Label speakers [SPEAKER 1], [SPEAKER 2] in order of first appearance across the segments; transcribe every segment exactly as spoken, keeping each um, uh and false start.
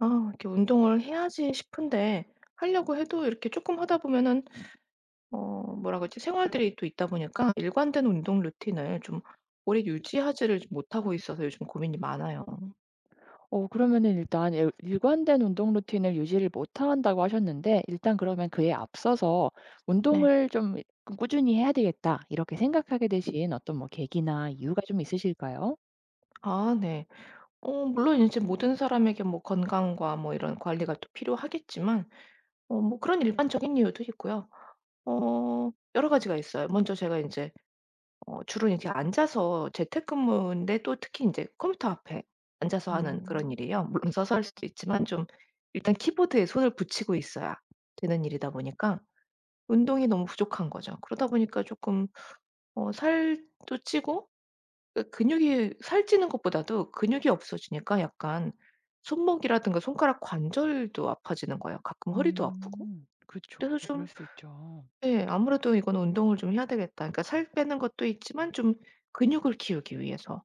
[SPEAKER 1] 아 이렇게 운동을 해야지 싶은데 하려고 해도 이렇게 조금 하다 보면은 어 뭐라 그러지? 생활들이 또 있다 보니까 일관된 운동 루틴을 좀 오래 유지하지를 못하고 있어서 요즘 고민이 많아요.
[SPEAKER 2] 어 그러면은 일단 일- 일관된 운동 루틴을 유지를 못한다고 하셨는데 일단 그러면 그에 앞서서
[SPEAKER 1] 네.
[SPEAKER 2] '운동을 좀 그 꾸준히 해야 되겠다.' 이렇게 생각하게 되신 어떤 뭐 계기나 이유가 좀 있으실까요?
[SPEAKER 1] 아 네. 어 물론 이제 모든 사람에게 뭐 건강과 뭐 이런 관리가 또 필요하겠지만 어 뭐 그런 일반적인 이유도 있고요. 어 여러 가지가 있어요. 먼저 제가 이제 어 주로 이렇게 앉아서 재택근무인데, 또 특히 이제 컴퓨터 앞에 앉아서 하는 그런
[SPEAKER 2] 음.
[SPEAKER 1] 일이에요. 물론 서서 할 수도 있지만 좀 일단 키보드에 손을 붙이고 있어야 되는 일이다 보니까 운동이 너무 부족한 거죠. 그러다 보니까 조금 어 살도 찌고, 그 근육이 살 찌는 것보다도 근육이 없어지니까 약간 손목이라든가 손가락 관절도 아파지는 거예요. 가끔 허리도 아프고.
[SPEAKER 2] 음. 그죠,
[SPEAKER 1] 그래서
[SPEAKER 2] 그럴
[SPEAKER 1] 좀,
[SPEAKER 2] 수 있죠.
[SPEAKER 1] 예, 아무래도 이건 운동을 좀 해야 되겠다.' 그러니까 살 빼는 것도 있지만 좀 근육을 키우기 위해서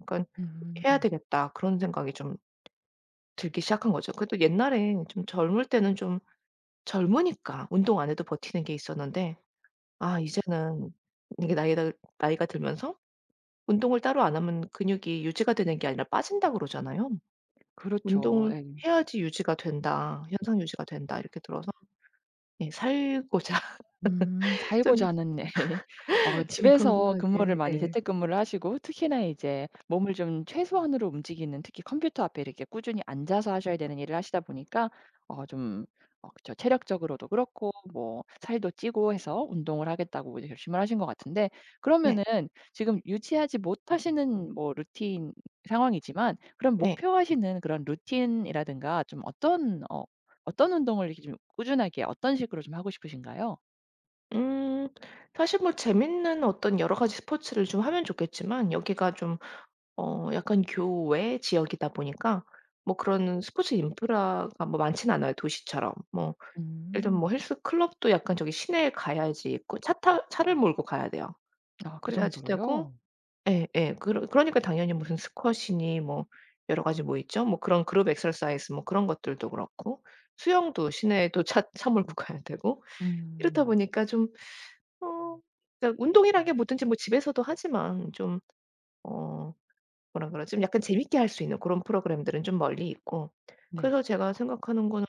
[SPEAKER 1] 약간 '해야
[SPEAKER 2] 음.
[SPEAKER 1] 되겠다.' 그런 생각이 좀 들기 시작한 거죠. 그래도 옛날에 좀 젊을 때는 좀 젊으니까 운동 안 해도 버티는 게 있었는데, 아 이제는 이게 나이가 나이가 들면서 운동을 따로 안 하면 근육이 유지가 되는 게 아니라 빠진다 그러잖아요.
[SPEAKER 2] 그렇죠.
[SPEAKER 1] "운동을
[SPEAKER 2] 예.
[SPEAKER 1] 해야지 유지가 된다. 현상 유지가 된다." 이렇게 들어서 예 살고자
[SPEAKER 2] 음.
[SPEAKER 1] 좀
[SPEAKER 2] 살고자 하는 네. 어
[SPEAKER 1] 좀
[SPEAKER 2] 집에서 근무를
[SPEAKER 1] 건강하게
[SPEAKER 2] 많이
[SPEAKER 1] 예.
[SPEAKER 2] 재택근무를 하시고 특히나 이제 몸을 좀 최소한으로 움직이는, 특히 컴퓨터 앞에 이렇게 꾸준히 앉아서 하셔야 되는 일을 하시다 보니까 어 좀 어 그쵸. 체력적으로도 그렇고 뭐 살도 찌고 해서 운동을 하겠다고 이제 결심을 하신 것 같은데,
[SPEAKER 1] 네.
[SPEAKER 2] 그러면은 지금 유지하지 못하시는 뭐 루틴 상황이지만 그럼
[SPEAKER 1] 네.
[SPEAKER 2] 목표하시는 그런 루틴이라든가 좀 어떤 어 어떤 운동을 이렇게 좀 꾸준하게 어떤 식으로 좀 하고 싶으신가요?
[SPEAKER 1] 음 사실 뭐 재밌는 어떤 여러 가지 스포츠를 좀 하면 좋겠지만 여기가 좀 어 약간 교외 지역이다 보니까 뭐 그런 스포츠 인프라가 뭐 많진 않아요, 도시처럼. 뭐 예를 들면
[SPEAKER 2] 음.
[SPEAKER 1] 뭐 헬스 클럽도 약간 저기 시내에 가야지 있고 차타 차를 몰고 가야 돼요.
[SPEAKER 2] 아 그
[SPEAKER 1] 그래야지 되고.
[SPEAKER 2] 정도로요?
[SPEAKER 1] 예예. 그러 그러니까 당연히 무슨 스쿼시니 뭐 여러 가지 뭐 있죠? 뭐 그런 그룹 엑서사이즈 뭐 그런 것들도 그렇고, 수영도 시내에도 차 차 몰고 가야 되고. 이렇다
[SPEAKER 2] 음.
[SPEAKER 1] 보니까 좀 어 그러니까 운동이란 게 뭐든지 뭐 집에서도 하지만 좀어 뭐라 그러지? 좀 약간 재밌게 할 수 있는 그런 프로그램들은 좀 멀리 있고.
[SPEAKER 2] 네.
[SPEAKER 1] 그래서 제가 생각하는 거는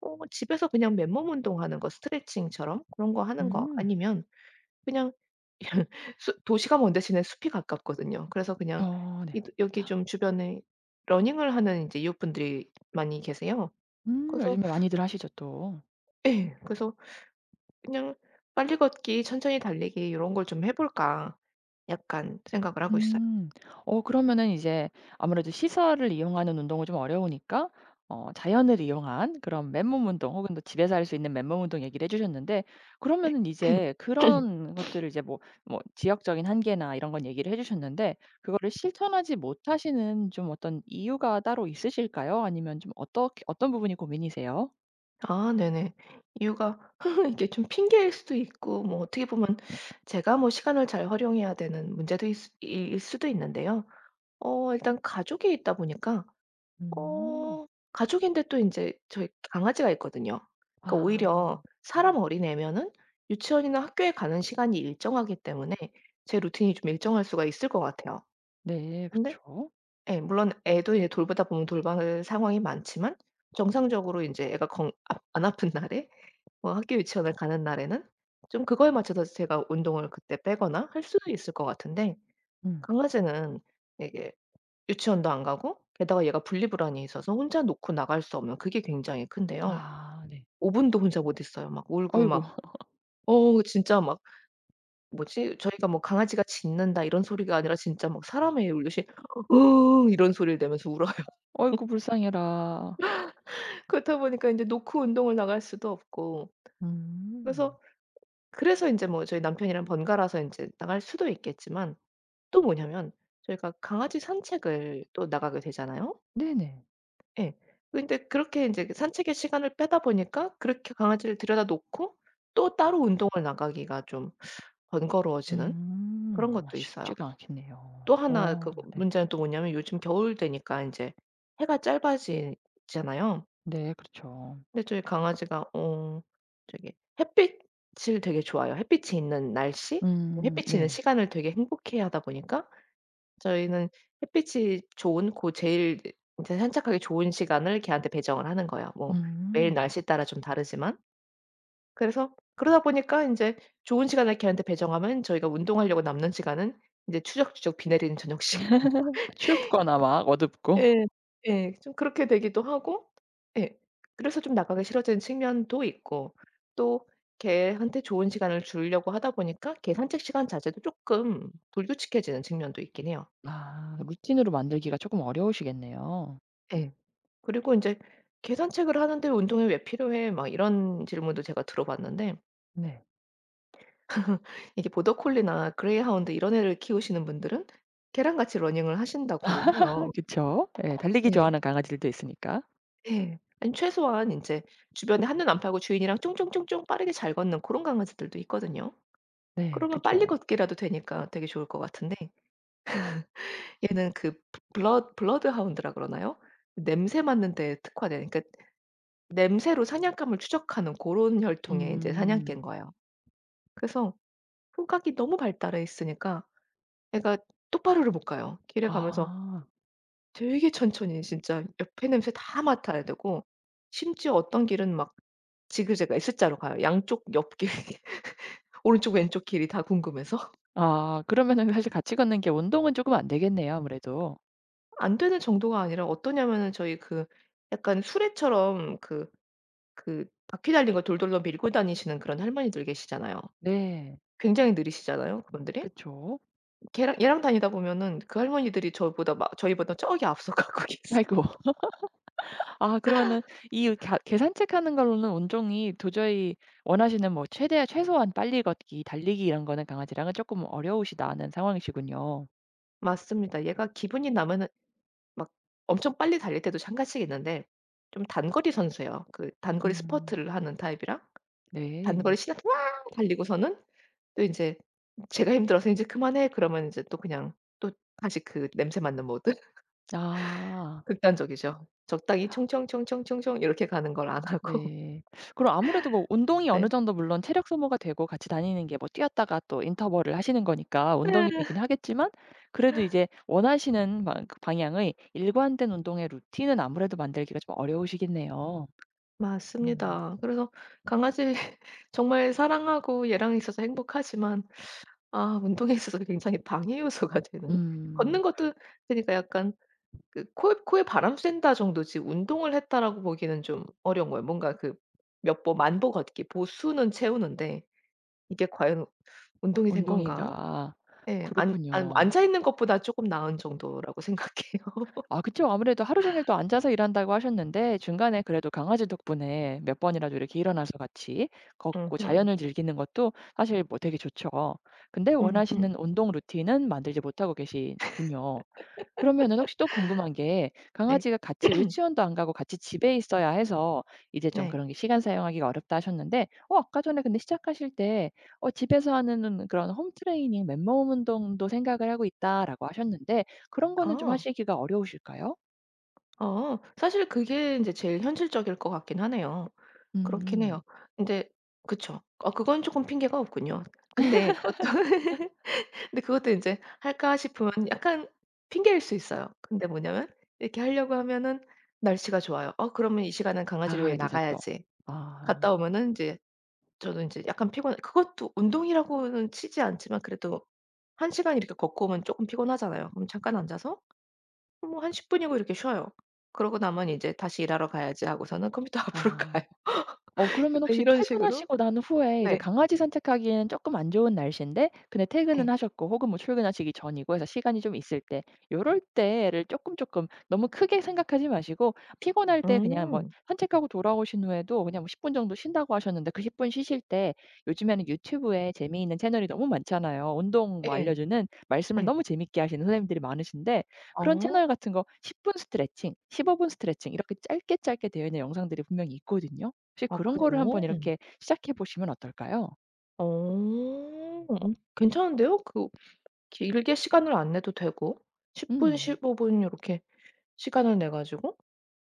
[SPEAKER 1] 어 집에서 그냥 맨몸 운동하는 거 스트레칭처럼 그런 거 하는 거
[SPEAKER 2] 음.
[SPEAKER 1] 아니면 그냥 수 도시가 먼 대신에 숲이 가깝거든요. 그래서 그냥
[SPEAKER 2] 어 네.
[SPEAKER 1] 이
[SPEAKER 2] 자
[SPEAKER 1] 여기 좀 주변에 러닝을 하는 인제 이웃분들이 많이 계세요.
[SPEAKER 2] 음
[SPEAKER 1] 그래서
[SPEAKER 2] 요즘에 많이들 하시죠 또.
[SPEAKER 1] 예. 그래서 그냥 '빨리 걷기, 천천히 달리기 요런 걸 좀 해 볼까.' 약간 생각을 하고 있어요.
[SPEAKER 2] 음. 어 그러면은 이제 아무래도 시설을 이용하는 운동은 좀 어려우니까 어 자연을 이용한 그런 맨몸 운동 혹은 또 집에서 할 수 있는 맨몸 운동 얘기를 해 주셨는데, 그러면은 이제 그런 것들을 이제 뭐 뭐 지역적인 한계나 이런 건 얘기를 해 주셨는데 그거를 실천하지 못하시는 좀 어떤 이유가 따로 있으실까요? 아니면 좀 어떻게 어떤 부분이 고민이세요?
[SPEAKER 1] 아 네네. 이유가 이게 좀 핑계일 수도 있고 뭐 어떻게 보면 제가 뭐 시간을 잘 활용해야 되는 문제도 있 일 수도 있는데요. 어 일단 가족이 있다 보니까
[SPEAKER 2] 음.
[SPEAKER 1] 어 가족인데 또 이제 저희 강아지가 있거든요. 그러니까 오히려
[SPEAKER 2] 아
[SPEAKER 1] 사람 어린애면은 유치원이나 학교에 가는 시간이 일정하기 때문에 제 루틴이 좀 일정할 수가 있을 것 같아요.
[SPEAKER 2] 네.
[SPEAKER 1] 근데
[SPEAKER 2] 그쵸.
[SPEAKER 1] 예 물론 애도 이제 돌보다 보면 돌봐야 할 상황이 많지만 정상적으로 이제 애가 건 아 안 아픈 날에, 뭐 학교 유치원을 가는 날에는 좀 그거에 맞춰서 제가 운동을 그때 빼거나 할 수도 있을 것 같은데,
[SPEAKER 2] 음.
[SPEAKER 1] 강아지는 이게 유치원도 안 가고 게다가 얘가 분리불안이 있어서 혼자 놓고 나갈 수 없는 그게 굉장히 큰데요.
[SPEAKER 2] 아 네.
[SPEAKER 1] 5 분도 혼자 못 있어요. 막 울고
[SPEAKER 2] "어이구,
[SPEAKER 1] 막 어 진짜 막 뭐지, 저희가 뭐 "강아지가 짖는다." 이런 소리가 아니라 진짜 막 사람의 울듯이 "으응." 이런 소리를 내면서 울어요.
[SPEAKER 2] 어이구 불쌍해라."
[SPEAKER 1] 그렇다 보니까 인제 놓고 운동을 나갈 수도 없고.
[SPEAKER 2] 음.
[SPEAKER 1] 그래서 그래서 인제 뭐 저희 남편이랑 번갈아서 인제 나갈 수도 있겠지만, 또 뭐냐면 저희가 강아지 산책을 또 나가게 되잖아요.
[SPEAKER 2] 네네.
[SPEAKER 1] 예. 근데 그렇게 인제 그 산책의 시간을 빼다 보니까, 그렇게 강아지를 들여다 놓고 또 따로 운동을 나가기가 좀 번거로워지는
[SPEAKER 2] 음.
[SPEAKER 1] 그런
[SPEAKER 2] 아
[SPEAKER 1] 것도 있어요.
[SPEAKER 2] 쉽지가 않겠네요.
[SPEAKER 1] 또 하나, 그
[SPEAKER 2] 어 네.
[SPEAKER 1] 문제는 또 뭐냐면 요즘 겨울 되니까 인제 해가 짧아지잖아요.
[SPEAKER 2] 네 그렇죠.
[SPEAKER 1] 근데 저희 강아지가 어 저기 햇빛을 되게 좋아해요. 햇빛이 있는 날씨,
[SPEAKER 2] 음
[SPEAKER 1] 햇빛이 있는
[SPEAKER 2] 네.
[SPEAKER 1] 시간을 되게 행복해하다 보니까 저희는 햇빛이 좋은 고 제일 이제 산책하기 좋은 시간을 걔한테 배정을 하는 거예요. 뭐 매일 날
[SPEAKER 2] 음.
[SPEAKER 1] 씨 따라 좀 다르지만. 그래서 그러다 보니까 인제 좋은 시간을 걔한테 배정하면 저희가 운동하려고 남는 시간은 인제 추적추적 비 내리는 저녁 시간.
[SPEAKER 2] 춥거나 막 어둡고.
[SPEAKER 1] 예. 예. 좀 그렇게 되기도 하고. 예. 그래서 좀 나가기 싫어지는 측면도 있고, 또 걔한테 좋은 시간을 주려고 하다 보니까 걔 산책 시간 자체도 쪼끔 불규칙해지는 측면도 있긴 해요.
[SPEAKER 2] 아 루틴으로 만들기가 조금 어려우시겠네요.
[SPEAKER 1] 예. 그리고 인제 "계산책을 하는데 운동이 왜 필요해?" 막 이런 질문도 제가 들어봤는데,
[SPEAKER 2] 네.
[SPEAKER 1] 이게 보더콜리나 그레이하운드 이런 애를 키우시는 분들은 걔랑같이 러닝을 하신다고
[SPEAKER 2] 아
[SPEAKER 1] 해요.
[SPEAKER 2] 그쵸. 예 달리기
[SPEAKER 1] 예.
[SPEAKER 2] 좋아하는 강아지들도 있으니까.
[SPEAKER 1] 예. 아니 최소한 인제 주변에 한눈 안 팔고 주인이랑 쫑쫑쫑쫑 빠르게 잘 걷는 고런 강아지들도 있거든요.
[SPEAKER 2] 네
[SPEAKER 1] 그러면 빨리
[SPEAKER 2] 그쵸.
[SPEAKER 1] 걷기라도 되니까 되게 좋을 것 같은데, 얘는 그 블러 블러드하운드라 그러나요? 냄새 맡는 데에 특화된, 그러니까 냄새로 사냥감을 추적하는 고런 혈통의 인제
[SPEAKER 2] 음.
[SPEAKER 1] 사냥개인 거예요. 그래서 후각이 너무 발달해 있으니까 애가 똑바로를 못 가요, 길에 가면서.
[SPEAKER 2] 아.
[SPEAKER 1] 되게 천천히, 진짜 옆에 냄새 다 맡아야 되고 심지어 어떤 길은 막 지그재그 S자로 가요. 양쪽 옆길 오른쪽 왼쪽 길이 다 궁금해서.
[SPEAKER 2] 아 그러면은 사실 같이 걷는 게 운동은 조금 안 되겠네요 아무래도.
[SPEAKER 1] 안 되는 정도가 아니라 어떠냐면은 저희 그 약간 수레처럼 그 그 바퀴 달린 거 돌돌돌 밀고 다니시는 그런 할머니들 계시잖아요.
[SPEAKER 2] 네.
[SPEAKER 1] 굉장히 느리시잖아요, 그분들이.
[SPEAKER 2] 그쵸.
[SPEAKER 1] 걔랑 얘랑 다니다 보면은 그 할머니들이 저보다 막 저희보다 저기 앞서 가고 계세요.
[SPEAKER 2] 아이고. 아 그러면은 이 갸 계산책하는 걸로는 운동이 도저히 원하시는 뭐 최대 최소한 빨리 걷기, 달리기 이런 거는 강아지랑은 조금 어려우시다는 상황이시군요.
[SPEAKER 1] 맞습니다. 얘가 기분이 나면은 막 엄청 빨리 달릴 때도 잠깐씩 있는데 좀 단거리 선수예요. 그 단거리
[SPEAKER 2] 음.
[SPEAKER 1] 스퍼트를 하는 타입이랑 단거리
[SPEAKER 2] 네.
[SPEAKER 1] 시나게 와 달리고서는 또 인제 제가 힘들어서 "인제 그만해." 그러면 인제 또 그냥 또 다시 그 냄새 맡는 모드?
[SPEAKER 2] 아.
[SPEAKER 1] 극단적이죠. 적당히 총총총총총총 이렇게 가는 걸 안 하고.
[SPEAKER 2] 네. 그럼 아무래도 뭐 운동이 어느
[SPEAKER 1] 네.
[SPEAKER 2] 정도 물론 체력 소모가 되고 같이 다니는 게 뭐 뛰었다가 또 인터벌을 하시는 거니까 운동이
[SPEAKER 1] 네.
[SPEAKER 2] 되긴 하겠지만, 그래도 이제 원하시는 방 그 방향의 일관된 운동의 루틴은 아무래도 만들기가 좀 어려우시겠네요. 음.
[SPEAKER 1] 맞습니다. 그래서 강아지 정말 사랑하고 얘랑 있어서 행복하지만, 아 운동에 있어서 굉장히 방해 요소가 되는?
[SPEAKER 2] 음.
[SPEAKER 1] 걷는 것도 그러니까 약간 그 '코에 코에 바람 쐰다.' 정도지 운동을 했다라고 보기는 좀 어려운 거예요. 뭔가 그 몇 보 만보 걷기 보수는 채우는데 이게 과연 운동이 된 건가?
[SPEAKER 2] 운동인가.
[SPEAKER 1] 예. 안안 뭐
[SPEAKER 2] 그렇군요.
[SPEAKER 1] 앉아 있는 것보다 쪼끔 나은 정도라고 생각해요.
[SPEAKER 2] 아 그쵸. 아무래도 하루 종일 또 앉아서 일한다고 하셨는데 중간에 그래도 강아지 덕분에 몇 번이라도 이렇게 일어나서 같이 걷고
[SPEAKER 1] 음음.
[SPEAKER 2] 자연을 즐기는 것도 사실 뭐 되게 좋죠. 근데
[SPEAKER 1] 음음.
[SPEAKER 2] 원하시는 운동 루틴은 만들지 못하고 계시군요. 그러면은 혹시 또 궁금한 게,
[SPEAKER 1] 네.
[SPEAKER 2] 강아지가 같이 유치원도 안 가고 같이 집에 있어야 해서 이제 좀
[SPEAKER 1] 네.
[SPEAKER 2] 그런 게 시간 사용하기가 어렵다 하셨는데 어 아까 전에 근데 시작하실 때 어 집에서 하는 그런 홈 트레이닝 맨몸 운동도 생각을 하고 있다라고 하셨는데, 그런 거는 좀
[SPEAKER 1] 아.
[SPEAKER 2] 하시기가 어려우실까요?
[SPEAKER 1] 어. 사실 그게 인제 제일 현실적일 것 같긴 하네요. 그렇긴 해요.
[SPEAKER 2] 음.
[SPEAKER 1] 근데 그쵸. 어 그건 쪼끔 핑계가 없군요. 근데 그것도 근데 그것도 인제 할까 싶으면 약간 핑계일 수 있어요. 근데 뭐냐면 이렇게 하려고 하면은 날씨가 좋아요. '어 그러면 이 시간은 강아지를 위해
[SPEAKER 2] 나가야 되죠 또.
[SPEAKER 1] 나가야지.'
[SPEAKER 2] 아.
[SPEAKER 1] 갔다 오면은 인제 저도 인제 약간 피곤해, 그것도 운동이라고는 치지 않지만 그래도 한 시간 이렇게 걷고 오면 쪼끔 피곤하잖아요. 그럼 잠깐 앉아서 뭐 한 10 분이고 이렇게 쉬어요. 그러고 나면 이제 '다시 일하러 가야지.' 하고서는 컴퓨터 앞으로
[SPEAKER 2] 아.
[SPEAKER 1] 가요.
[SPEAKER 2] 어 그러면
[SPEAKER 1] 약간
[SPEAKER 2] 혹시
[SPEAKER 1] 이런 식으로.
[SPEAKER 2] 퇴근하시고 난 후에 이제
[SPEAKER 1] 네.
[SPEAKER 2] 강아지 산책하기에는 쪼끔 안 좋은 날씨인데 근데 퇴근은
[SPEAKER 1] 예.
[SPEAKER 2] 하셨고 혹은 뭐 출근하시기 전이고 해서 시간이 좀 있을 때 요럴 때를 쪼끔, 쪼끔 너무 크게 생각하지 마시고, 피곤할 때 그냥 뭐
[SPEAKER 1] 음.
[SPEAKER 2] 산책하고 돌아오신 후에도 그냥 뭐 십 분 정도 쉰다고 하셨는데 그 십 분 쉬실 때 요즘에는 유튜브에 재미있는 채널이 너무 많잖아요. 운동 뭐
[SPEAKER 1] 예.
[SPEAKER 2] 알려주는 말씀을
[SPEAKER 1] 예.
[SPEAKER 2] 너무 재미있게 하시는 선생님들이 많으신데 그런
[SPEAKER 1] 아.
[SPEAKER 2] 채널 같은 거 십 분 스트레칭, 십오 분 스트레칭 이렇게 짧게 짧게 되어 있는 영상들이 분명히 있거든요. 혹시
[SPEAKER 1] 아
[SPEAKER 2] 그런 거를
[SPEAKER 1] 그래요?
[SPEAKER 2] 한번 이렇게 시작해 보시면 어떨까요?
[SPEAKER 1] 어. 어 괜찮은데요? 그 길게 시간을 안 내도 되고 10 분,
[SPEAKER 2] 음.
[SPEAKER 1] 15 분 요렇게 시간을 내 가지고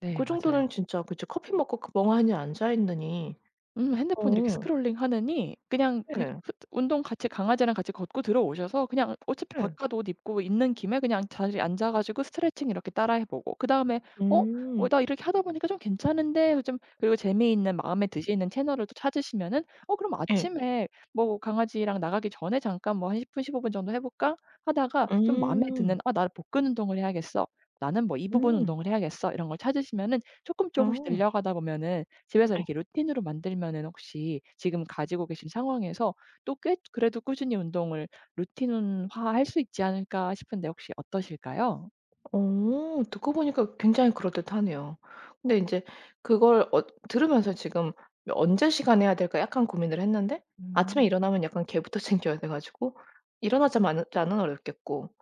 [SPEAKER 2] 네
[SPEAKER 1] 그 정도는
[SPEAKER 2] 맞아요.
[SPEAKER 1] 진짜 그쵸. 커피 먹고 그 멍하니 앉아 있느니
[SPEAKER 2] 음 핸드폰 이렇게
[SPEAKER 1] 어
[SPEAKER 2] 스크롤링하느니 그냥 그
[SPEAKER 1] 예.
[SPEAKER 2] 그 운동 같이 강아지랑 같이 걷고 들어오셔서 그냥 어차피
[SPEAKER 1] 예.
[SPEAKER 2] 바깥 옷 입고 있는 김에 그냥 자리에 앉아 가지고 스트레칭 이렇게 따라해 보고 그다음에 '어? 어
[SPEAKER 1] 음.
[SPEAKER 2] 나 이렇게 하다 보니까 좀 괜찮은데.' 좀 그리고 재미있는 마음에 드시는 채널을 또 찾으시면은 '어 그럼
[SPEAKER 1] 예.
[SPEAKER 2] 아침에 뭐 강아지랑 나가기 전에 잠깐 뭐 한 십 분 십오 분 정도 해 볼까?' 하다가 좀 마음에
[SPEAKER 1] 음.
[SPEAKER 2] 드는 '아 나 복근 운동을 해야겠어. 나는 뭐 이 부분
[SPEAKER 1] 음.
[SPEAKER 2] 운동을 해야겠어.' 이런 걸 찾으시면은 조금
[SPEAKER 1] 아.
[SPEAKER 2] 조금씩
[SPEAKER 1] 예.
[SPEAKER 2] 늘려가다 보면은 집에서 이렇게 루틴으로 만들면은, 혹시 지금 가지고 계신 상황에서 또 꽤 그래도 꾸준히 운동을 루틴화할 수 있지 않을까 싶은데, 혹시 어떠실까요?
[SPEAKER 1] 어 듣고 보니까 굉장히 그럴듯하네요. 근데 인제 그걸 어 들으면서 지금 '언제 시간해야 될까?' 약간 고민을 했는데, 아침에
[SPEAKER 2] 음.
[SPEAKER 1] 일어나면 약간 걔부터 챙겨야 돼 가지고 일어나자마자는 어렵겠고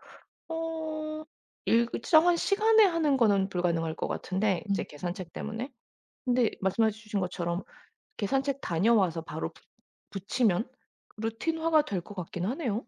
[SPEAKER 1] 어 일정한 시간에 하는 거는 불가능할 것 같은데, 이제 계산책 때문에. 근데 말씀해 주신 것처럼 계산책 다녀와서 바로 붙 붙이면 루틴화가 될 것 같긴 하네요.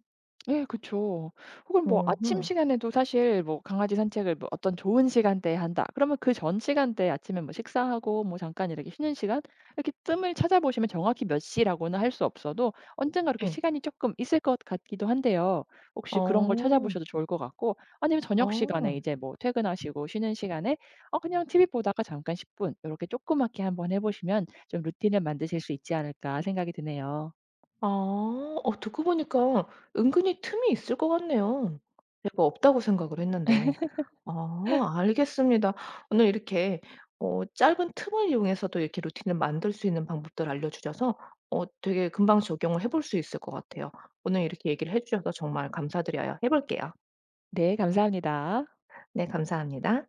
[SPEAKER 2] 예 그쵸. 혹은 뭐 아침
[SPEAKER 1] 음음.
[SPEAKER 2] 시간에도 사실 뭐 강아지 산책을 뭐 어떤 좋은 시간대에 한다. 그러면 그 전 시간대에 아침에 뭐 식사하고 뭐 잠깐 이렇게 쉬는 시간 이렇게 뜸을 찾아보시면 정확히 몇 시라고는 할 수 없어도 언젠가 이렇게
[SPEAKER 1] 예.
[SPEAKER 2] 시간이 조금 있을 것 같기도 한데요. 혹시 그런 걸
[SPEAKER 1] 어.
[SPEAKER 2] 찾아보셔도 좋을 것 같고, 아니면 저녁
[SPEAKER 1] 어.
[SPEAKER 2] 시간에 이제 뭐 퇴근하시고 쉬는 시간에 어 그냥 티 v 보다가 잠깐 십 분 이렇게 조그맣게 한번 해 보시면 좀 루틴을 만드실 수 있지 않을까 생각이 드네요.
[SPEAKER 1] 아. 어 듣고 보니까 은근히 틈이 있을 것 같네요. 제가 없다고 생각을 했는데. 아 알겠습니다. 오늘 이렇게 어 짧은 틈을 이용해서도 이렇게 루틴을 만들 수 있는 방법들 알려 주셔서 어 되게 금방 적용을 해볼 수 있을 것 같아요. 오늘 이렇게 얘기를 해 주셔서 정말 감사드려요. 해 볼게요.
[SPEAKER 2] 네 감사합니다.
[SPEAKER 1] 네 감사합니다.